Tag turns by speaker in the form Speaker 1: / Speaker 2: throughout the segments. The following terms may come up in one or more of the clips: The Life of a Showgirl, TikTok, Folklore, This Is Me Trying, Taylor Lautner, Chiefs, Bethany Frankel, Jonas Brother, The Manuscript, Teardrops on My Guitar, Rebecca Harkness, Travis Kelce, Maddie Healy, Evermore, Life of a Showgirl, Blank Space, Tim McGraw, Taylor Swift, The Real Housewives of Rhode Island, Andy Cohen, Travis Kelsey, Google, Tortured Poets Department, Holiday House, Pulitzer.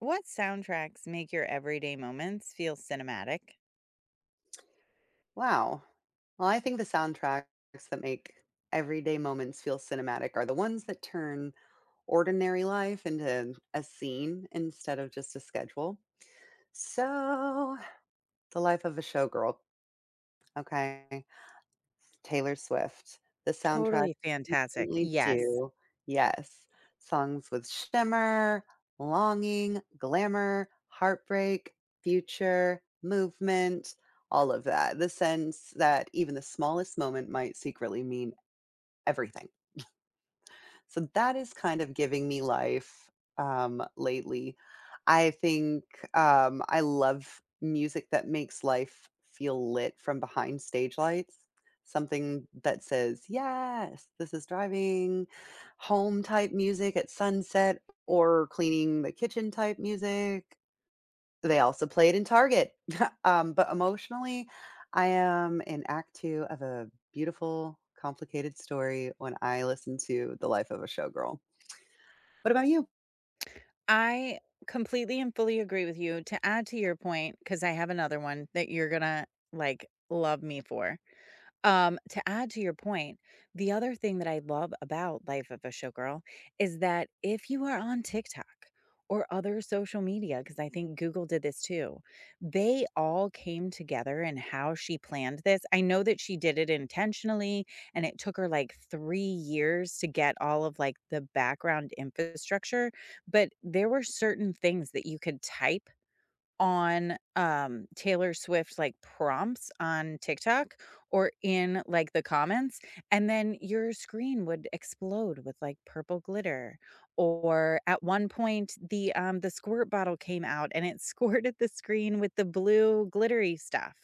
Speaker 1: What soundtracks make your everyday moments feel cinematic?
Speaker 2: Wow. Well, I think the soundtracks that make everyday moments feel cinematic are the ones that turn ordinary life into a scene instead of just a schedule. So, the life of a showgirl. Okay. Taylor Swift. The soundtrack
Speaker 1: Totally fantastic.
Speaker 2: instantly
Speaker 1: Yes.
Speaker 2: do yes. Songs with shimmer, longing, glamour, heartbreak, future, movement, all of that. The sense that even the smallest moment might secretly mean everything. So that is kind of giving me life, lately. I think, I love music that makes life feel lit from behind stage lights. Something that says, "Yes, this is driving home" type music at sunset or cleaning the kitchen type music. They also played in Target. But emotionally, I am in act 2 of a beautiful, complicated story when I listen to The Life of a Showgirl. What about you?
Speaker 1: I completely and fully agree with you. To add to your point, because I have another one that you're going to like love me for. To add to your point, the other thing that I love about Life of a Showgirl is that if you are on TikTok or other social media, because I think Google did this too, they all came together in how she planned this. I know that she did it intentionally and it took her like 3 years to get all of like the background infrastructure, but there were certain things that you could type on, Taylor Swift, like, prompts on TikTok or in, like, the comments, and then your screen would explode with, like, purple glitter, or at one point, the squirt bottle came out and it squirted the screen with the blue glittery stuff.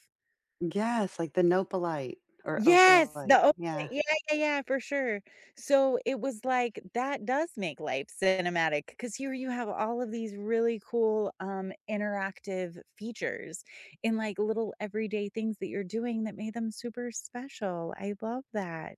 Speaker 2: Yes, like the Nopalite or
Speaker 1: Yes,
Speaker 2: Opalite.
Speaker 1: the o
Speaker 2: Yeah.
Speaker 1: yeah, yeah, yeah, for sure. So, it was like, that does make life cinematic because here you have all of these really cool, interactive features in like, little everyday things that you're doing that made them super special. I love that.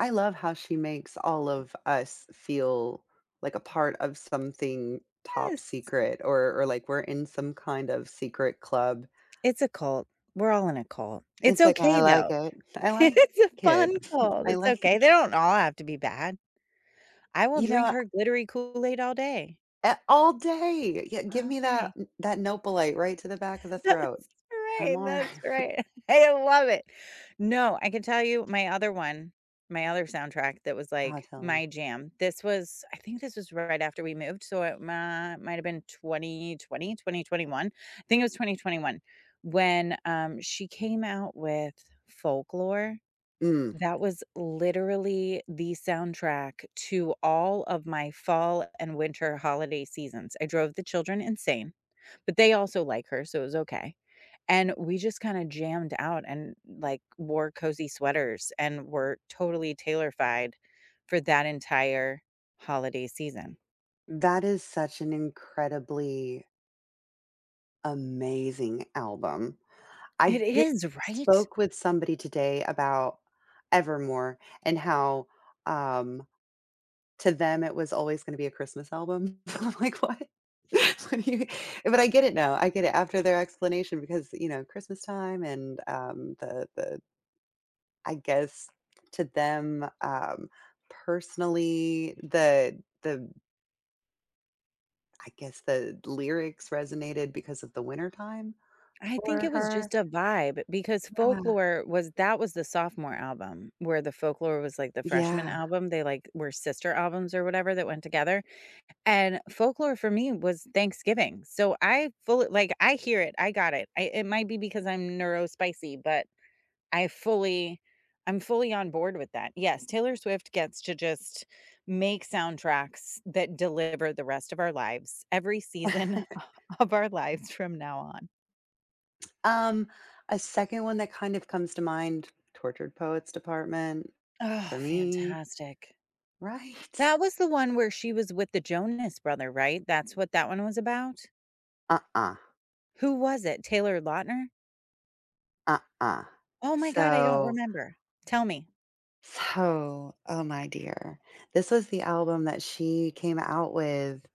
Speaker 2: I love how she makes all of us feel like a part of something top
Speaker 1: Yes.
Speaker 2: secret or like we're in some kind of secret club.
Speaker 1: It's a cult. We're all in a cult. It's
Speaker 2: It's like, I
Speaker 1: okay,
Speaker 2: like
Speaker 1: though.
Speaker 2: it. I like
Speaker 1: It's a
Speaker 2: it.
Speaker 1: fun cult.
Speaker 2: I
Speaker 1: It's
Speaker 2: like
Speaker 1: okay. They don't all have to be bad. I will
Speaker 2: you
Speaker 1: drink
Speaker 2: know,
Speaker 1: her glittery Kool-Aid all day,
Speaker 2: A all day. Yeah, give
Speaker 1: all
Speaker 2: me
Speaker 1: day.
Speaker 2: that Nopalite right to the back of the throat.
Speaker 1: That's
Speaker 2: I'm
Speaker 1: right,
Speaker 2: alright.
Speaker 1: that's right. I love it. No, I can tell you my other one, my other soundtrack that was,
Speaker 2: Oh,
Speaker 1: like,
Speaker 2: tell me.
Speaker 1: my jam. This was I think this was right after we moved, so it mi might've been 2020, 2021. I think it was 2021 when, she came out with Folklore.
Speaker 2: Mm.
Speaker 1: That was literally the soundtrack to all of my fall and winter holiday seasons. I drove the children insane. But they also like her, so it was okay. And we just kinda jammed out and, like, wore cozy sweaters and were totally tailor-fied for that entire holiday season.
Speaker 2: That is such an incredibly amazing album. I
Speaker 1: It
Speaker 2: just
Speaker 1: is, right?
Speaker 2: spoke with somebody today about Evermore and how, um, to them, it was always gonna be a Christmas album. I'm like, "What? What do you" But I get it now. I get it after their explanation because, you know, Christmas time and, the I guess to them, personally, the I guess the lyrics resonated because of the wintertime
Speaker 1: I think
Speaker 2: for
Speaker 1: it was
Speaker 2: her.
Speaker 1: just a vibe because
Speaker 2: Yeah.
Speaker 1: Folklore was that was the sophomore album where the Folklore was, like, the freshman
Speaker 2: Yeah.
Speaker 1: album. They, like, were sister albums or whatever that went together. And folklore for me was Thanksgiving. So I fully like, I hear it, I got it. I It might be because I'm neurospicy, but I fully I'm fully on board with that. Yes, Taylor Swift gets to just make soundtracks that deliver the rest of our lives, every season of our lives from now on.
Speaker 2: Um, a second one that kind of comes to mind, Tortured Poets Department
Speaker 1: Oh,
Speaker 2: for me,
Speaker 1: fantastic.
Speaker 2: right?
Speaker 1: That was the one where she was with the Jonas Brother, right? That's what that one was about?
Speaker 2: Uh-uh,
Speaker 1: Who was it? Taylor Lautner?
Speaker 2: uh-uh.
Speaker 1: Oh my god, I don't
Speaker 2: So,
Speaker 1: remember. Tell me.
Speaker 2: so, oh my dear. This was the album that she came out with.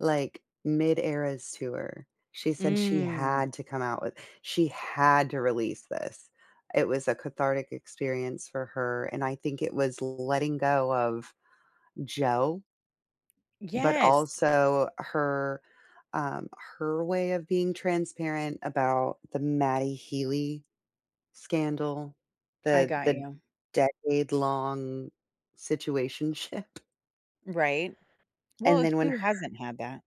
Speaker 2: Like, mid-Eras tour, she said she
Speaker 1: Mm.
Speaker 2: had to come out with she had to release this. It was a cathartic experience for her, and I think it was letting go of Joe, but
Speaker 1: Yes,
Speaker 2: also her, um her way of being transparent about the Maddie Healy scandal,
Speaker 1: I got
Speaker 2: the
Speaker 1: you.
Speaker 2: decade-long situationship,
Speaker 1: Right.
Speaker 2: and
Speaker 1: Well,
Speaker 2: then when h
Speaker 1: who hasn't had that?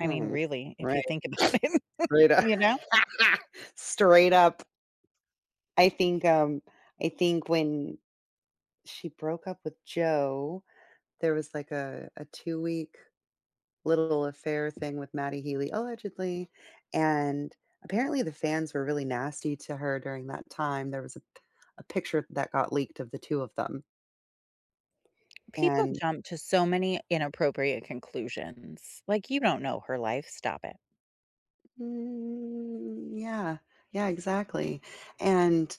Speaker 1: I mean, really, if you
Speaker 2: right.
Speaker 1: think about it,
Speaker 2: Straight up.
Speaker 1: you know?
Speaker 2: Straight up. I think, um, I think when she broke up with Joe, there was like a two-week little affair thing with Maddie Healy, allegedly, and apparently the fans were really nasty to her during that time. There was a picture that got leaked of the 2 of them,
Speaker 1: People
Speaker 2: and
Speaker 1: jump to so many inappropriate conclusions. Like, you don't know her life, stop it.
Speaker 2: mm, yeah. Yeah, exactly, and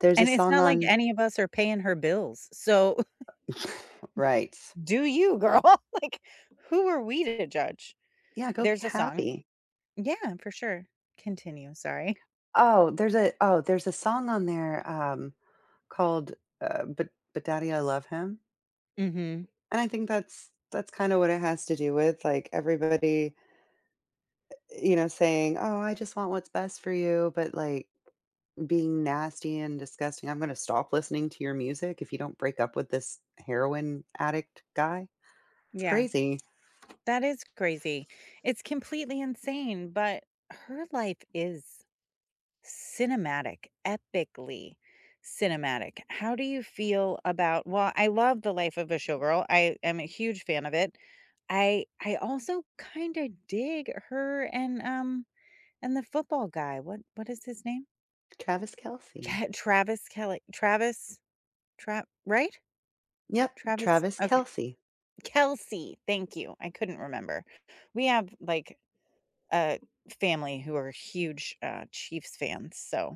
Speaker 2: there's a
Speaker 1: And it's
Speaker 2: song
Speaker 1: not like
Speaker 2: on.
Speaker 1: any of us are paying her bills, so
Speaker 2: Right.
Speaker 1: do you, girl. Like, who are we to judge?
Speaker 2: Yeah, go be
Speaker 1: There's a song.
Speaker 2: happy.
Speaker 1: Yeah, for sure. Continue, sorry.
Speaker 2: Oh, there's a song on there, called, But Daddy, I Love Him,"
Speaker 1: Mhm.
Speaker 2: and I think that's kinda what it has to do with, like, everybody, you know, saying, "Oh, I just want what's best for you," but, like, being nasty and disgusting, "I'm gonna stop listening to your music if you don't break up with this heroin addict guy." It's
Speaker 1: Yeah.
Speaker 2: crazy.
Speaker 1: That is crazy. It's completely insane, but her life is cinematic, epically cinematic. How do you feel about I love The Life of a Showgirl. I am a huge fan of it. I also kind of dig her and the football guy. What is his name?
Speaker 2: Travis Kelce.
Speaker 1: Travis Kelly. Travis. Trap, right?
Speaker 2: Yep,
Speaker 1: Travis.
Speaker 2: Travis
Speaker 1: Okay.
Speaker 2: Kelce.
Speaker 1: Kelsey. Thank you. I couldn't remember. We have like a family who are huge, Chiefs fans, so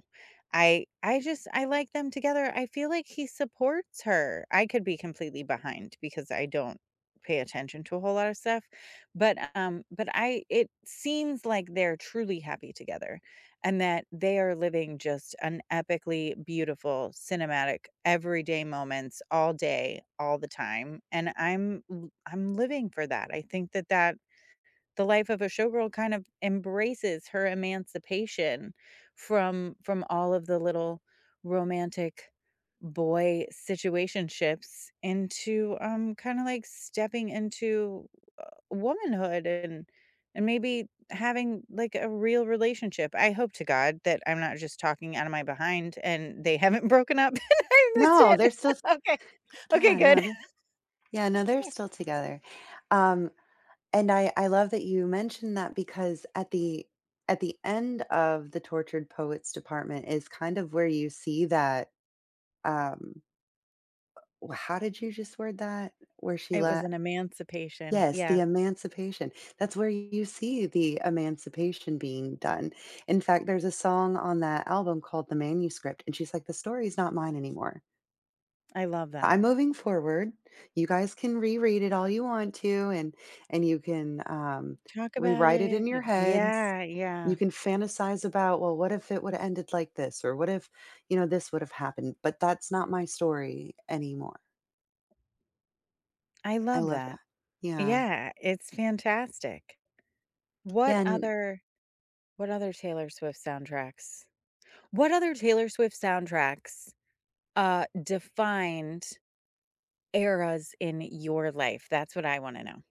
Speaker 1: I like them together. I feel like he supports her. I could be completely behind because I don't pay attention to a whole lot of stuff, but I it seems like they're truly happy together and that they are living just an epically beautiful, cinematic, everyday moments all day, all the time, and I'm living for that. I think that the life of a showgirl kind of embraces her emancipation from all of the little romantic boy situationships into, kinda like stepping into womanhood and maybe having, like, a real relationship. I hope to God that I'm not just talking out of my behind and they haven't broken up and I missed
Speaker 2: No,
Speaker 1: it.
Speaker 2: they're still
Speaker 1: Okay. Okay,
Speaker 2: yeah,
Speaker 1: good.
Speaker 2: no, they're yeah, no, they're still together. Um, And I love that you mentioned that because at the end of the Tortured Poets Department is kind of where you see that, um w how did you just word that? Where she
Speaker 1: It was
Speaker 2: let
Speaker 1: an emancipation.
Speaker 2: Yes,
Speaker 1: Yeah,
Speaker 2: the emancipation. That's where you see the emancipation being done. In fact, there's a song on that album called The Manuscript, and she's like, "The story's not mine anymore."
Speaker 1: I love that.
Speaker 2: I'm moving forward. You guys can reread it all you want to, and you can,
Speaker 1: Talk about
Speaker 2: rewrite it
Speaker 1: it
Speaker 2: in your
Speaker 1: and
Speaker 2: heads.
Speaker 1: yeah, yeah.
Speaker 2: You can fantasize about, "Well, what if it woulda ended like this?" Or, "What if, you know, this would have happened?" But that's not my story anymore.
Speaker 1: I
Speaker 2: I
Speaker 1: love
Speaker 2: love
Speaker 1: that.
Speaker 2: that. Yeah.
Speaker 1: Yeah, it's fantastic. What
Speaker 2: Yeah, and
Speaker 1: other what other Taylor Swift soundtracks what other Taylor Swift soundtracks, defined eras in your life? That's what I wanna know.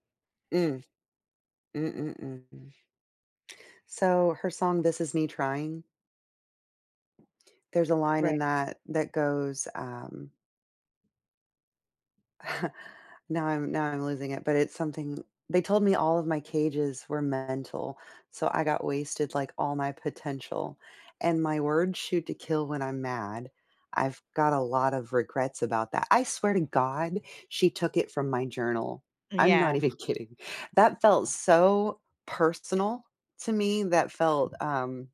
Speaker 2: mm, mm, mm, mm. So her song, "This Is Me Trying," there's a line
Speaker 1: Right.
Speaker 2: in that that goes, now I'm losing it, but it's something they told me all of my cages were mental, so I got wasted like all my potential, and my words shoot to kill when I'm mad. I've got a lot of regrets about that. I swear to God, she took it from my journal. I'm
Speaker 1: Yeah,
Speaker 2: not even kidding. That felt so personal to me. That felt,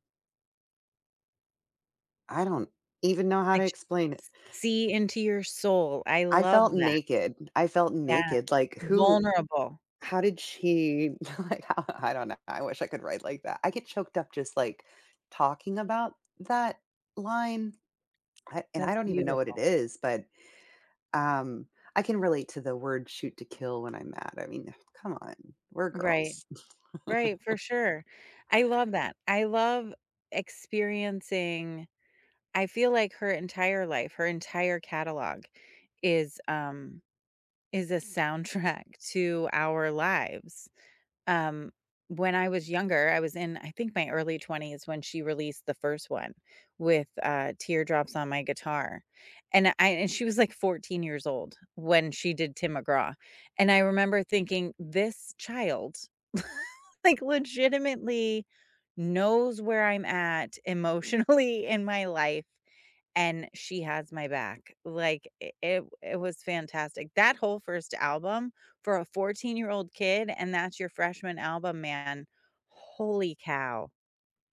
Speaker 2: I don't even know how to
Speaker 1: like, sh
Speaker 2: explain it.
Speaker 1: see into your soul. I
Speaker 2: I
Speaker 1: love
Speaker 2: felt
Speaker 1: that.
Speaker 2: naked. I felt
Speaker 1: Yeah.
Speaker 2: naked. Like, who
Speaker 1: Vulnerable.
Speaker 2: How did she like, how I don't know, I wish I could write like that. I get choked up just, like, talking about that line, I and I
Speaker 1: That's
Speaker 2: don't even know what it
Speaker 1: beautiful.
Speaker 2: is, but, um, I can relate to the word shoot to kill when I'm mad. I mean, come on, we're
Speaker 1: Right.
Speaker 2: girls.
Speaker 1: Right, for sure. I love that. I love experiencing I feel like her entire life, her entire catalog is, um is a soundtrack to our lives. Um, when I was younger, I was in, I think, my early 20s when she released the first one with, Teardrops on My Guitar, and she was, like, 14 years old when she did Tim McGraw, and I remember thinking, "This child, like, legitimately knows where I'm at emotionally in my life and she has my back." Like it was fantastic. That whole first album for a 14-year-old year old kid, and that's your freshman album, man. Holy cow.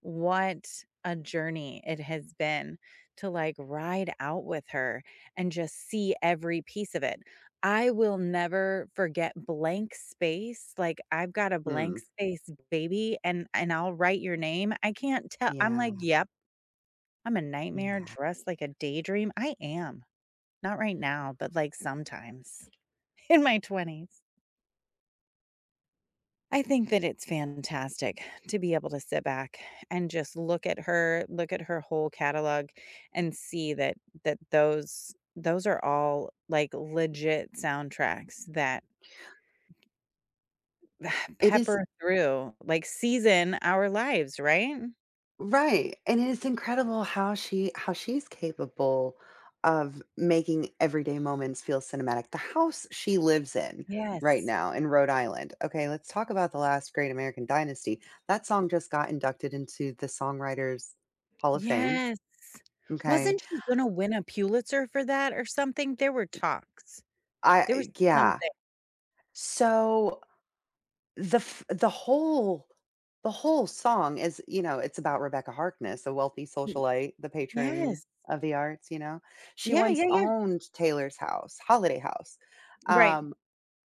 Speaker 1: What a journey it has been to like ride out with her and just see every piece of it. I will never forget blank space. Like I've got a blank
Speaker 2: Mm.
Speaker 1: space baby and I'll write your name. I can't tell. I'm
Speaker 2: Yeah,
Speaker 1: like, yep, I'm a nightmare
Speaker 2: yeah.
Speaker 1: dressed like a daydream. I am. Not right now, but like sometimes in my 20s. I think that it's fantastic to be able to sit back and just look at her whole catalog and see that those are all like legit soundtracks that
Speaker 2: It is
Speaker 1: pepper through, like season our lives, right?
Speaker 2: Right, and it's incredible how she how she's capable of making everyday moments feel cinematic. The house she lives in right
Speaker 1: Yes.
Speaker 2: now in Rhode Island. Okay, let's talk about the last great American dynasty. That song just got inducted into the Songwriters Hall of Fame,
Speaker 1: Yes.
Speaker 2: okay?
Speaker 1: Wasn't she gonna win a Pulitzer for that or something? There were talks. There was
Speaker 2: I yeah.
Speaker 1: something.
Speaker 2: So the f the whole song is, you know, it's about Rebecca Harkness, a wealthy
Speaker 1: Mm,
Speaker 2: socialite, the patron
Speaker 1: yes.
Speaker 2: of the arts, you know? She
Speaker 1: Yeah,
Speaker 2: once
Speaker 1: yeah, yeah,
Speaker 2: owned Taylor's house, Holiday House,
Speaker 1: right.
Speaker 2: um,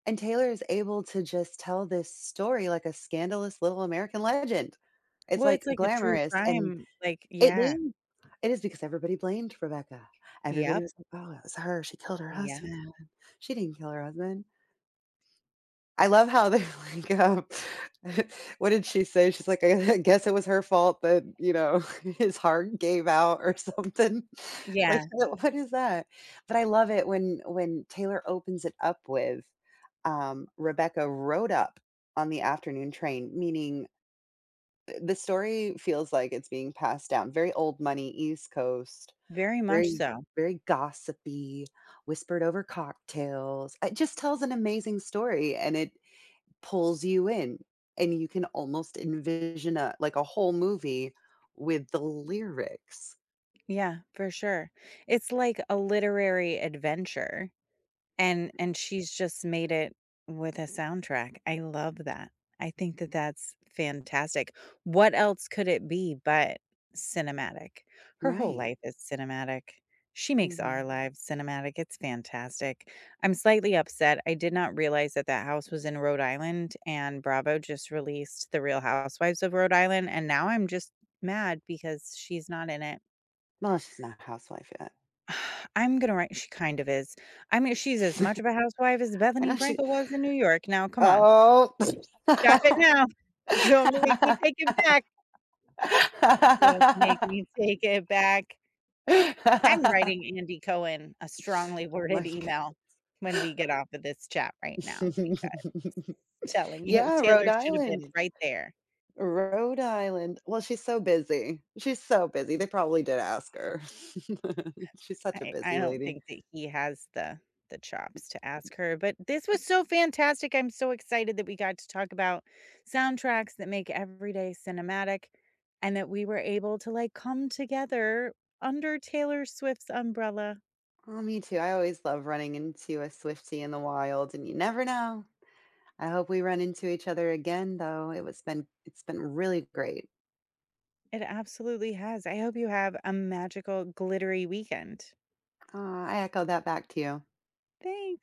Speaker 2: and Taylor is able to just tell this story like a scandalous little American legend. It's,
Speaker 1: Well, it's
Speaker 2: like,
Speaker 1: like a true
Speaker 2: glamorous, and
Speaker 1: crime, like
Speaker 2: it
Speaker 1: yeah.
Speaker 2: means it is because everybody blamed Rebecca. Everybody
Speaker 1: Yep.
Speaker 2: was like, "Oh, it was her, she killed her
Speaker 1: Yeah.
Speaker 2: husband. She didn't kill her husband." I love how they're like, what did she say? She's like, "I guess it was her fault that, you know, his heart gave out or something." Like,
Speaker 1: Yeah,
Speaker 2: what is that? But I love it when Taylor opens it up with, Rebecca rode up on the afternoon train, meaning the story feels like it's being passed down. Very old money, East Coast,
Speaker 1: very much
Speaker 2: very
Speaker 1: so.
Speaker 2: very gossipy, whispered over cocktails. It just tells an amazing story, and it pulls you in, and you can almost envision a like, a whole movie with the lyrics.
Speaker 1: Yeah, for sure. It's like a literary adventure. And she's just made it with a soundtrack. I love that. I think that that's fantastic. What else could it be but cinematic? Her whole
Speaker 2: Right.
Speaker 1: life is cinematic. She
Speaker 2: I
Speaker 1: makes
Speaker 2: know.
Speaker 1: our lives cinematic. It's fantastic. I'm slightly upset. I did not realize that that house was in Rhode Island and Bravo just released The Real Housewives of Rhode Island and now I'm just mad because she's not in it.
Speaker 2: Well, she's not a housewife yet.
Speaker 1: I'm gonna write she kind of is. I mean, she's as much of a housewife as
Speaker 2: I
Speaker 1: Bethany
Speaker 2: know she
Speaker 1: Frankel was in New York. Now, come on.
Speaker 2: Oh.
Speaker 1: Stop it now. Don't make me take it back. Don't make me take it back. I'm writing Andy Cohen a strongly
Speaker 2: Oh my
Speaker 1: worded email
Speaker 2: god!
Speaker 1: when we get off of this chat right now because telling you
Speaker 2: Yeah, Rhode
Speaker 1: Taylor should have
Speaker 2: Island.
Speaker 1: been right there.
Speaker 2: Rhode Island. Well, she's so busy. She's so busy. They probably did ask her. She's such a
Speaker 1: I
Speaker 2: busy
Speaker 1: don't
Speaker 2: lady.
Speaker 1: think that he has the chops to ask her, but this was so fantastic. I'm so excited that we got to talk about soundtracks that make every day cinematic and that we were able to like come together under Taylor Swift's umbrella.
Speaker 2: Oh, me too. I always love running into a swifty in the wild, and you never know. I hope we run into each other again, though. It was been it's been really great.
Speaker 1: It absolutely has. I hope you have a magical glittery weekend.
Speaker 2: I echo that back to you.
Speaker 1: Thanks.